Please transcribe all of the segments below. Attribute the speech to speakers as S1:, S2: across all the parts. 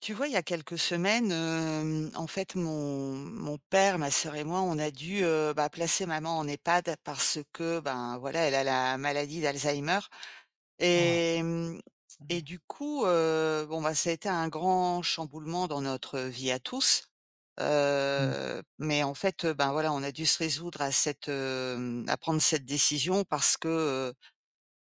S1: Tu vois, il y a quelques semaines, en fait, mon père, ma sœur et moi, on a dû, bah, placer maman en EHPAD parce que, ben, voilà, elle a la maladie d'Alzheimer
S2: Ah!
S1: et hem et
S2: Mmh.
S1: du coup, bon, bah, ça a été un grand chamboulement dans notre vie à tous,
S2: Mmh.
S1: mais en fait, ben, voilà, on a dû se résoudre à prendre cette décision parce que,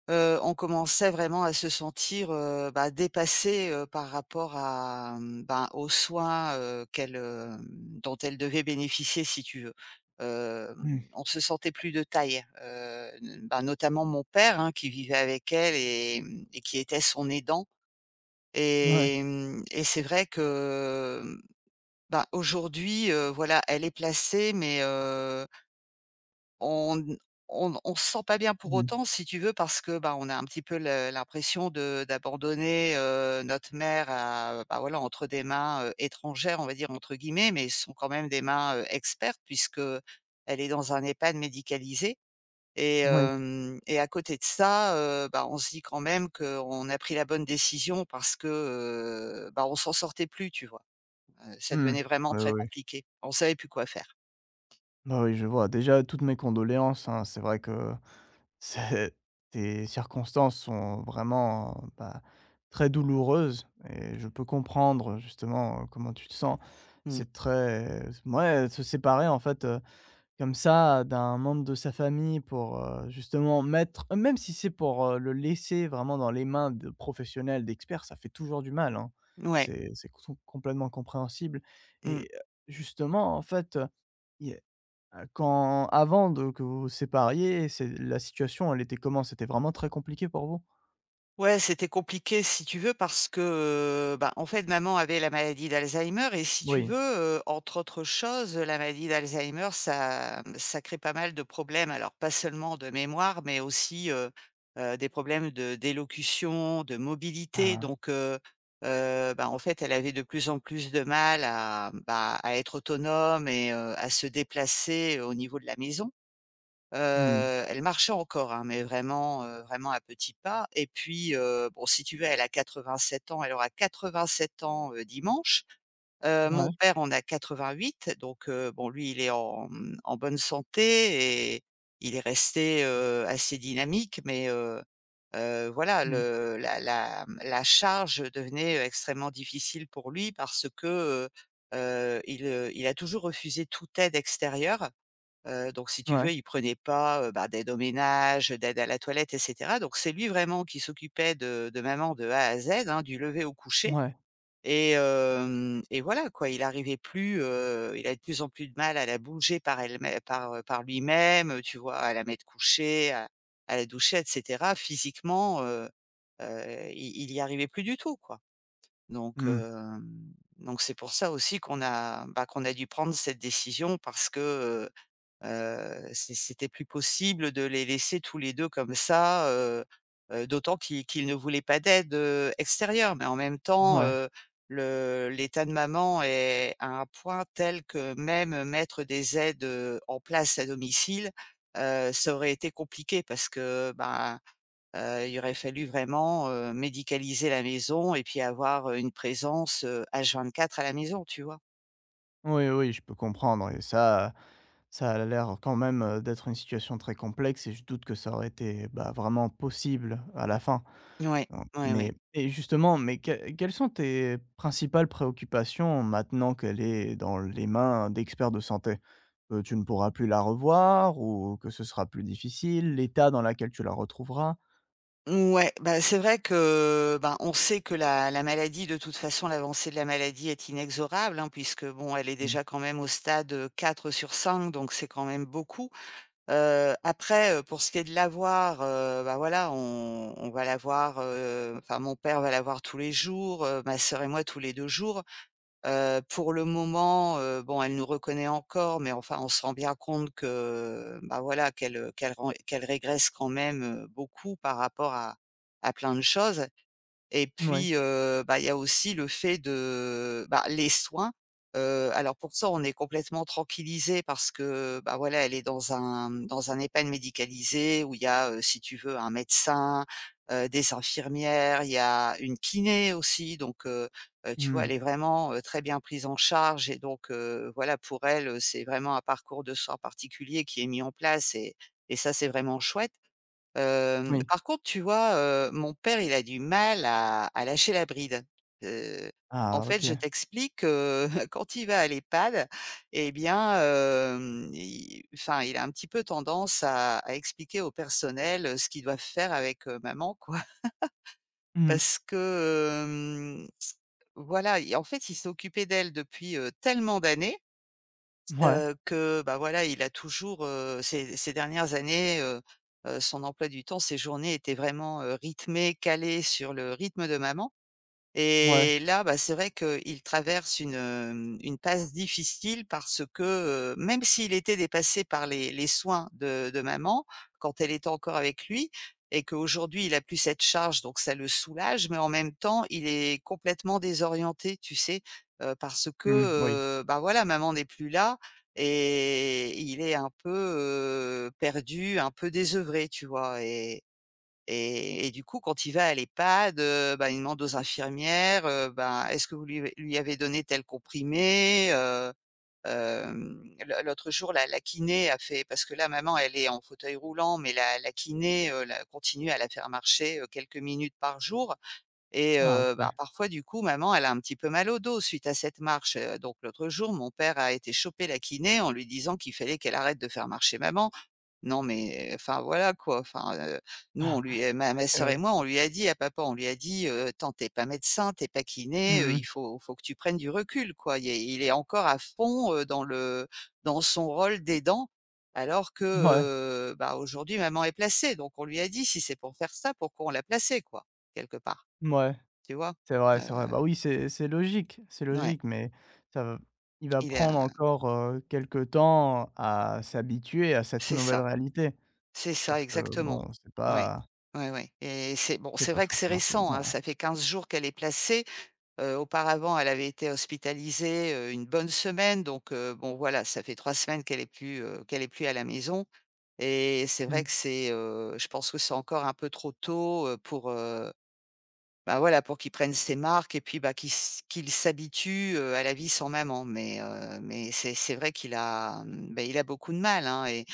S1: On commençait vraiment à se sentir, bah, dépassés, par rapport ben, aux soins, dont elle devait bénéficier si tu veux.
S2: Mmh.
S1: On se sentait plus de taille, ben, notamment mon père, hein, qui vivait avec elle et qui était son aidant
S2: Ouais.
S1: et c'est vrai que, ben, aujourd'hui, voilà, elle est placée mais on on se sent pas bien pour
S2: Mmh.
S1: autant, si tu veux, parce que, bah, on a un petit peu le l'impression de d'abandonner, notre mère à, bah, voilà, entre des mains, «étrangères», on va dire, entre guillemets, mais ce sont quand même des mains, expertes puisque elle est dans un EHPAD médicalisé et
S2: Moui.
S1: hem et à côté de ça, bah, on se dit quand même qu'on a pris la bonne décision parce que, bah, on s'en sortait plus, tu vois? Ça
S2: Mmh.
S1: devenait vraiment
S2: Ouais,
S1: très
S2: ouais, ouais.
S1: compliqué. On savait plus quoi faire.
S2: Bah, oui, je vois. Déjà, toutes mes condoléances, hein. C'est vrai que c'est tes circonstances sont vraiment, bah, très douloureuses, et je peux comprendre, justement, comment tu te sens.
S1: Mmh.
S2: C'est très, ouais, se séparer, en fait, comme ça, d'un membre de sa famille, pour, justement, mettre même si c'est pour, le laisser vraiment dans les mains de professionnels, d'experts, ça fait toujours du mal, hein.
S1: Ouais.
S2: C'est com complètement compréhensible,
S1: Mmh.
S2: et justement, en fait, il y a quand avant de que vous vous sépariez, c'est la situation, elle était comment? C'était vraiment très compliqué pour vous?
S1: Ouais, c'était compliqué si tu veux parce que, bah, en fait maman avait la maladie d'Alzheimer et si tu
S2: Oui.
S1: veux, entre autres choses, la maladie d'Alzheimer ça crée pas mal de problèmes. Alors pas seulement de mémoire, mais aussi, des problèmes de d'élocution, de mobilité
S2: Ah.
S1: donc bah, en fait elle avait de plus en plus de mal à, bah, à être autonome et à se déplacer au niveau de la maison. Heu,
S2: Mmh.
S1: Elle marchait encore, hein, mais vraiment, vraiment à petits pas et puis, bon, si tu veux, elle a 87 ans, elle aura 87 ans, dimanche. Mon
S2: Ouais.
S1: père en a 88 donc, bon, lui, il est en bonne santé et il est resté, assez dynamique mais, voilà,
S2: Mmh.
S1: le la la, mmh, la charge devenait extrêmement difficile pour lui parce que, heu il a toujours refusé toute aide extérieure. Donc si tu
S2: Ouais.
S1: veux, il prenait pas, bah, d'aide au ménage, d'aide à la toilette et cetera. Donc c'est lui vraiment qui s'occupait de maman de A à Z, hein, du lever au coucher
S2: Mouais.
S1: et voilà quoi. Il arrivait plus, il a de plus en plus de mal à la bouger par, par lui-même, tu vois? À la mettre couchée, à la doucher et cetera. Physiquement, il y arrivait plus du tout, quoi. Donc
S2: Mmh.
S1: hem, donc c'est pour ça aussi qu'on a, bah, qu'on a dû prendre cette décision parce que, c'était plus possible de les laisser tous les 2 comme ça, d'autant qu'ils ne voulaient pas d'aide, extérieure. Mais en même temps,
S2: Mouais.
S1: le l'état de maman est à un point tel que même mettre des aides, en place à domicile, ça aurait été compliqué parce que, ben, il aurait fallu vraiment, médicaliser la maison et puis avoir, une présence, h quatre à la maison, tu vois?
S2: Oui, oui, je peux comprendre. Et ça a l'air quand même, d'être une situation très complexe, et je doute que ça aurait été, bah, vraiment possible, à la fin,
S1: Ouais,
S2: heu,
S1: ouais, ouais.
S2: mais, et justement, mais quelles sont tes principales préoccupations maintenant qu'elle est dans les mains d'experts de santé? Que tu ne pourras plus la revoir? Ou que ce sera plus difficile? L'état dans laquelle tu la retrouveras?
S1: Ouais, bah, c'est vrai que, ben, on sait que la maladie, de toute façon, l'avancée de la maladie est inexorable, hein, puisque bon, elle est
S2: Mmh.
S1: déjà quand même au stade, quatre sur cinq, donc c'est quand même beaucoup. Après, pour ce qui est de l'avoir, bah, voilà, on va l'avoir, enfin mon père va l'avoir tous les jours, ma sœur et moi tous les 2 jours. Pour le moment, bon, elle nous reconnaît encore, mais enfin, on se rend bien compte que, bah, voilà, qu'elle, qu'elle ren qu'elle régresse quand même, beaucoup par rapport à plein de choses. Et
S2: Ouais.
S1: puis, bah, il y a aussi le fait de bah, les soins, alors pour ça, on est complètement tranquillisés parce que, bah, voilà, elle est dans un EHPAD médicalisé où il y a, si tu veux, un médecin, des infirmières, il y a une kiné aussi donc tu vois,
S2: Mmh.
S1: elle est vraiment, très bien prise en charge et donc voilà, pour elle, c'est vraiment un parcours de soins particulier qui est mis en place et ça, c'est vraiment chouette.
S2: Oui.
S1: Par contre, tu vois, mon père, il a du mal à lâcher la bride. Heu, En
S2: Ah,
S1: fait,
S2: OK.
S1: je t'explique, quand il va à l'EHPAD et bien, hem, il enfin, il a un petit peu tendance à expliquer au personnel, ce qu'ils doivent faire avec, maman, quoi.
S2: Mmh.
S1: Parce que, voilà, il en fait, il s'est occupé d'elle depuis, tellement d'années
S2: Ouais. Mouais.
S1: que, bah, voilà, il a toujours, ces dernières années, son emploi du temps, ses journées étaient vraiment, rythmées, calées sur le rythme de maman
S2: Mouais.
S1: et là, bah, c'est vrai qu'il traverse une passe difficile parce que, même s'il était dépassé par les soins de maman, quand elle était encore avec lui et qu'aujourd'hui il a plus cette charge donc ça le soulage, mais en même temps il est complètement désorienté, tu sais? Parce que,
S2: Mmh, oui.
S1: bah, voilà, maman n'est plus là et il est un peu, perdu, un peu désœuvré, tu vois? Et du coup, quand il va à l'EHPAD, bah, il demande aux infirmières, ben: «Est-ce que vous lui avez donné tel comprimé?» Hem, L'autre jour, la kiné a fait parce que là, maman, elle est en fauteuil roulant, mais la kiné, la continue à la faire marcher, quelques minutes par jour et
S2: Ah,
S1: bah,
S2: OK.
S1: parfois, du coup, maman, elle a un petit peu mal au dos suite à cette marche, donc l'autre jour, mon père a été choper la kiné en lui disant qu'il fallait qu'elle arrête de faire marcher maman. Non mais enfin voilà quoi, enfin, nous
S2: Ah,
S1: ma
S2: OK,
S1: sœur et
S2: ouais.
S1: moi, on lui a dit à papa, on lui a dit: Attends, tu pas médecin, t'es pas kiné,
S2: Mmh
S1: il
S2: mh.
S1: faut que tu prennes du recul quoi». Il est encore à fond, dans son rôle d'aidant alors que,
S2: Mouais.
S1: bah, aujourd'hui maman est placée donc on lui a dit: «Si c'est pour faire ça, pourquoi on l'a placée quoi?» quelque part, tu vois?
S2: C'est vrai,
S1: Heu,
S2: c'est vrai. Bah, oui, c'est logique, c'est
S1: ouais,
S2: logique, mais ça va il va
S1: il a
S2: prendre encore, quelque temps à s'habituer à cette
S1: C'est
S2: nouvelle
S1: ça,
S2: réalité.
S1: c'est ça
S2: Parce que,
S1: exactement.
S2: bon, c'est
S1: Ouais.
S2: pas
S1: Ouais, ouais et c'est bon,
S2: c'est
S1: c'est
S2: pas
S1: vrai que c'est
S2: forcément si
S1: récent,
S2: évident,
S1: hein,
S2: hein.
S1: ça fait 15 jours qu'elle est placée. Auparavant, elle avait été hospitalisée, une bonne semaine donc bon voilà, ça fait 3 semaines qu'elle est plus à la maison et c'est vrai
S2: Mmh.
S1: que c'est, je pense que c'est encore un peu trop tôt, pour, bah, voilà, pour qu'il prenne ses marques et puis, bah, qu'il s'habitue, à la vie sans maman. Mais c'est vrai qu'il a, beh, il a beaucoup de mal, hein et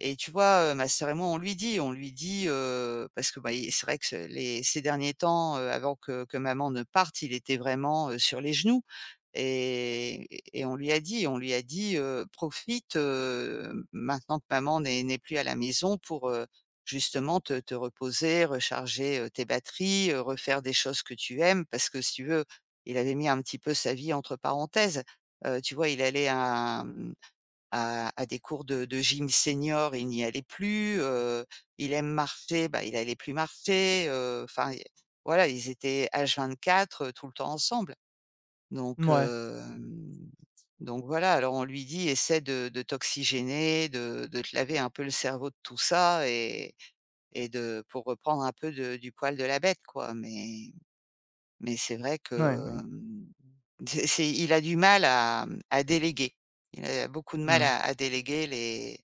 S1: et tu vois, ma sœur et moi, on lui dit, parce que, bah, il c'est vrai que ce les ces derniers temps, avant que maman ne parte, il était vraiment, sur les genoux. Et on lui a dit «Profite, maintenant que maman n'est plus à la maison pour, justement te reposer, recharger, tes batteries, refaire des choses que tu aimes». Parce que si tu veux, il avait mis un petit peu sa vie entre parenthèses. Tu vois, il allait à, mmh, à des cours de gym senior, il n'y allait plus, il aime marcher, bah, il allait plus marcher, enfin, voilà, ils étaient H24, tout le temps ensemble. Donc
S2: Mouais,
S1: hem, donc voilà, alors on lui dit: «Essaie de t'oxygéner, de te laver un peu le cerveau de tout ça et de pour reprendre un peu de du poil de la bête, quoi». Mais c'est vrai
S2: mouais,
S1: que, hem, c'est il a du mal à déléguer. Il a beaucoup de mal
S2: mmh.
S1: à déléguer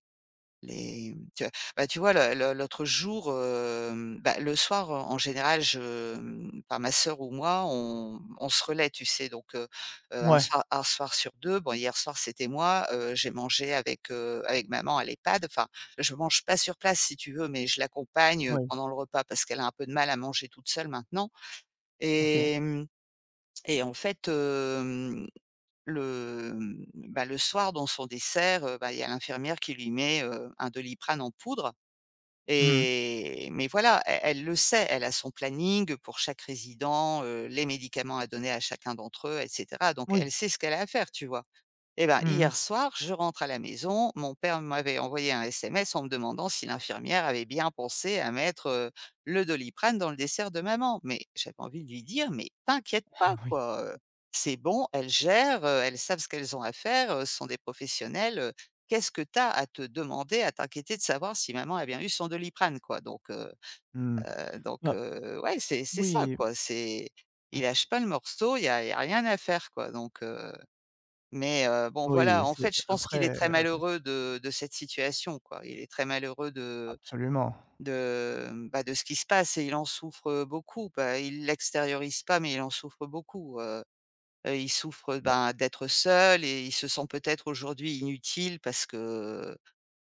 S1: les tu vois? Bah, tu vois, le l'autre jour, bah, le soir, en général, enfin ma sœur ou moi, on se relaie, tu sais? Donc,
S2: Ouais.
S1: un soir sur deux, bon, hier soir c'était moi, j'ai mangé avec, avec maman à l'EHPAD. Enfin, je mange pas sur place si tu veux, mais je l'accompagne
S2: Oui,
S1: pendant le repas parce qu'elle a un peu de mal à manger toute seule maintenant.
S2: OK.
S1: Et et en fait, le, mmh, bah, le soir dans son dessert, bah, il y a l'infirmière qui lui met, un Doliprane en poudre.
S2: Mmh.
S1: Mais voilà, e elle le sait, elle a son planning pour chaque résident, les médicaments à donner à chacun d'entre eux et cetera. Donc
S2: Oui.
S1: elle sait ce qu'elle a à faire, tu vois? Eh ben,
S2: Mmh.
S1: hier soir, je rentre à la maison. Mon père m'avait envoyé un SMS en me demandant si l'infirmière avait bien pensé à mettre, le Doliprane dans le dessert de maman. Mais j'avais envie de lui dire, mais t'inquiète pas,
S2: Oui.
S1: quoi. C'est bon, elles gèrent, elles savent ce qu'elles ont à faire, ce sont des professionnels. Qu'est-ce que t'as à te demander, à t'inquiéter de savoir si maman a bien eu son Doliprane, quoi. Donc, euh,
S2: Mmh.
S1: euh, donc,
S2: Bah,
S1: euh, ouais, c'est ça,
S2: oui,
S1: quoi. C'est il lâche pas le morceau, y a rien à faire, quoi. Donc, bon voilà,
S2: oui,
S1: en
S2: c'est
S1: fait, je pense qu'il est
S2: après,
S1: très malheureux de cette situation, quoi. Il est très malheureux de
S2: absolument.
S1: de, mmh, bah, de ce qui se passe et il en souffre beaucoup. Bah, il l'extériorise pas, mais il en souffre beaucoup. Il souffre,
S2: Bah,
S1: ben, d'être seul et il se sent peut-être aujourd'hui inutile parce que,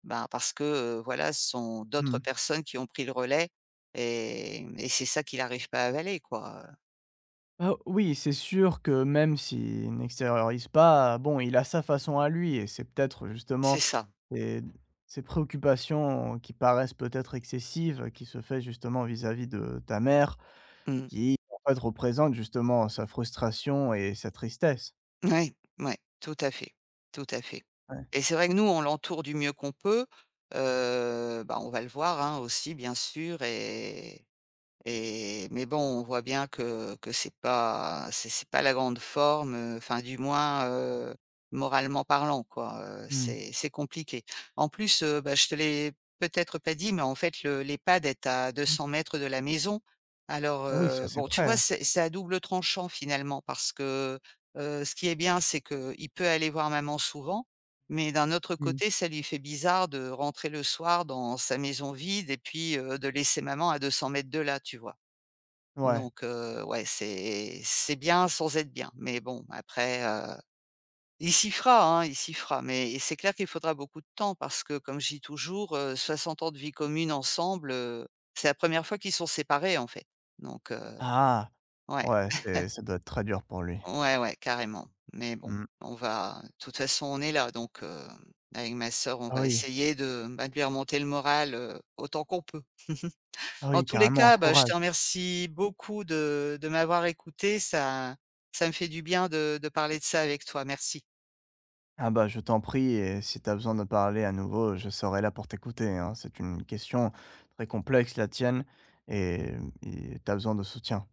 S1: ben, parce que, voilà, ce sont d'autres
S2: mmh.
S1: personnes qui ont pris le relais et c'est ça qu'il n'arrive pas à avaler, quoi,
S2: Bah, oui, c'est sûr que, même s'il n'extériorise pas, bon, il a sa façon à lui, et c'est peut-être
S1: c'est
S2: justement
S1: ça.
S2: ses ses préoccupations qui paraissent peut-être excessives, qui se fait justement vis-à-vis de ta mère,
S1: Mmh.
S2: qui en fait représente justement sa frustration et sa tristesse.
S1: Ouais, ouais, tout à fait, tout à fait.
S2: Ouais.
S1: Et c'est vrai que nous, on l'entoure du mieux qu'on peut. Bah, on va le voir, hein, aussi bien sûr. Mais bon, on voit bien que c'est pas c'est pas la grande forme, enfin du moins, moralement parlant, quoi,
S2: Mmh.
S1: c'est compliqué. En plus, bah, je te l'ai peut-être pas dit, mais en fait le l'EHPAD est à
S2: Mmh.
S1: 200 mètres de la maison. Alors,
S2: Ah oui, c'est assez
S1: bon, tu vois,
S2: près.
S1: c'est à double tranchant finalement parce que, ce qui est bien c'est qu'il peut aller voir maman souvent, mais d'un autre
S2: Mmh.
S1: côté ça lui fait bizarre de rentrer le soir dans sa maison vide et puis, de laisser maman à 200 mètres de là, tu vois?
S2: Ouais.
S1: Donc, ouais, c'est bien sans être bien. Mais bon, après, il s'y fera, hein, il s'y fera. Mais c'est clair qu'il faudra beaucoup de temps parce que comme je dis toujours, 60 ans de vie commune ensemble, c'est la première fois qu'ils sont séparés, en fait. Donc,
S2: Ah!
S1: ouais,
S2: Ouais, c'est, ça doit être très dur pour lui.
S1: ouais, ouais, carrément. Mais bon,
S2: Mmh.
S1: on va, de toute façon, on est là, donc avec ma sœur, on
S2: Ah
S1: va
S2: oui.
S1: essayer de, bah, de lui remonter le moral, autant qu'on peut.
S2: Ah
S1: En
S2: oui,
S1: tous les
S2: carrément,
S1: cas, bah, je te
S2: courage.
S1: remercie beaucoup de m'avoir écouté. Ça me fait du bien de parler de ça avec toi. Merci.
S2: Ah, bah, je t'en prie, et si t'as besoin de parler à nouveau, je serai là pour t'écouter, hein. C'est une question très complexe, la tienne, et et tu besoin de soutien.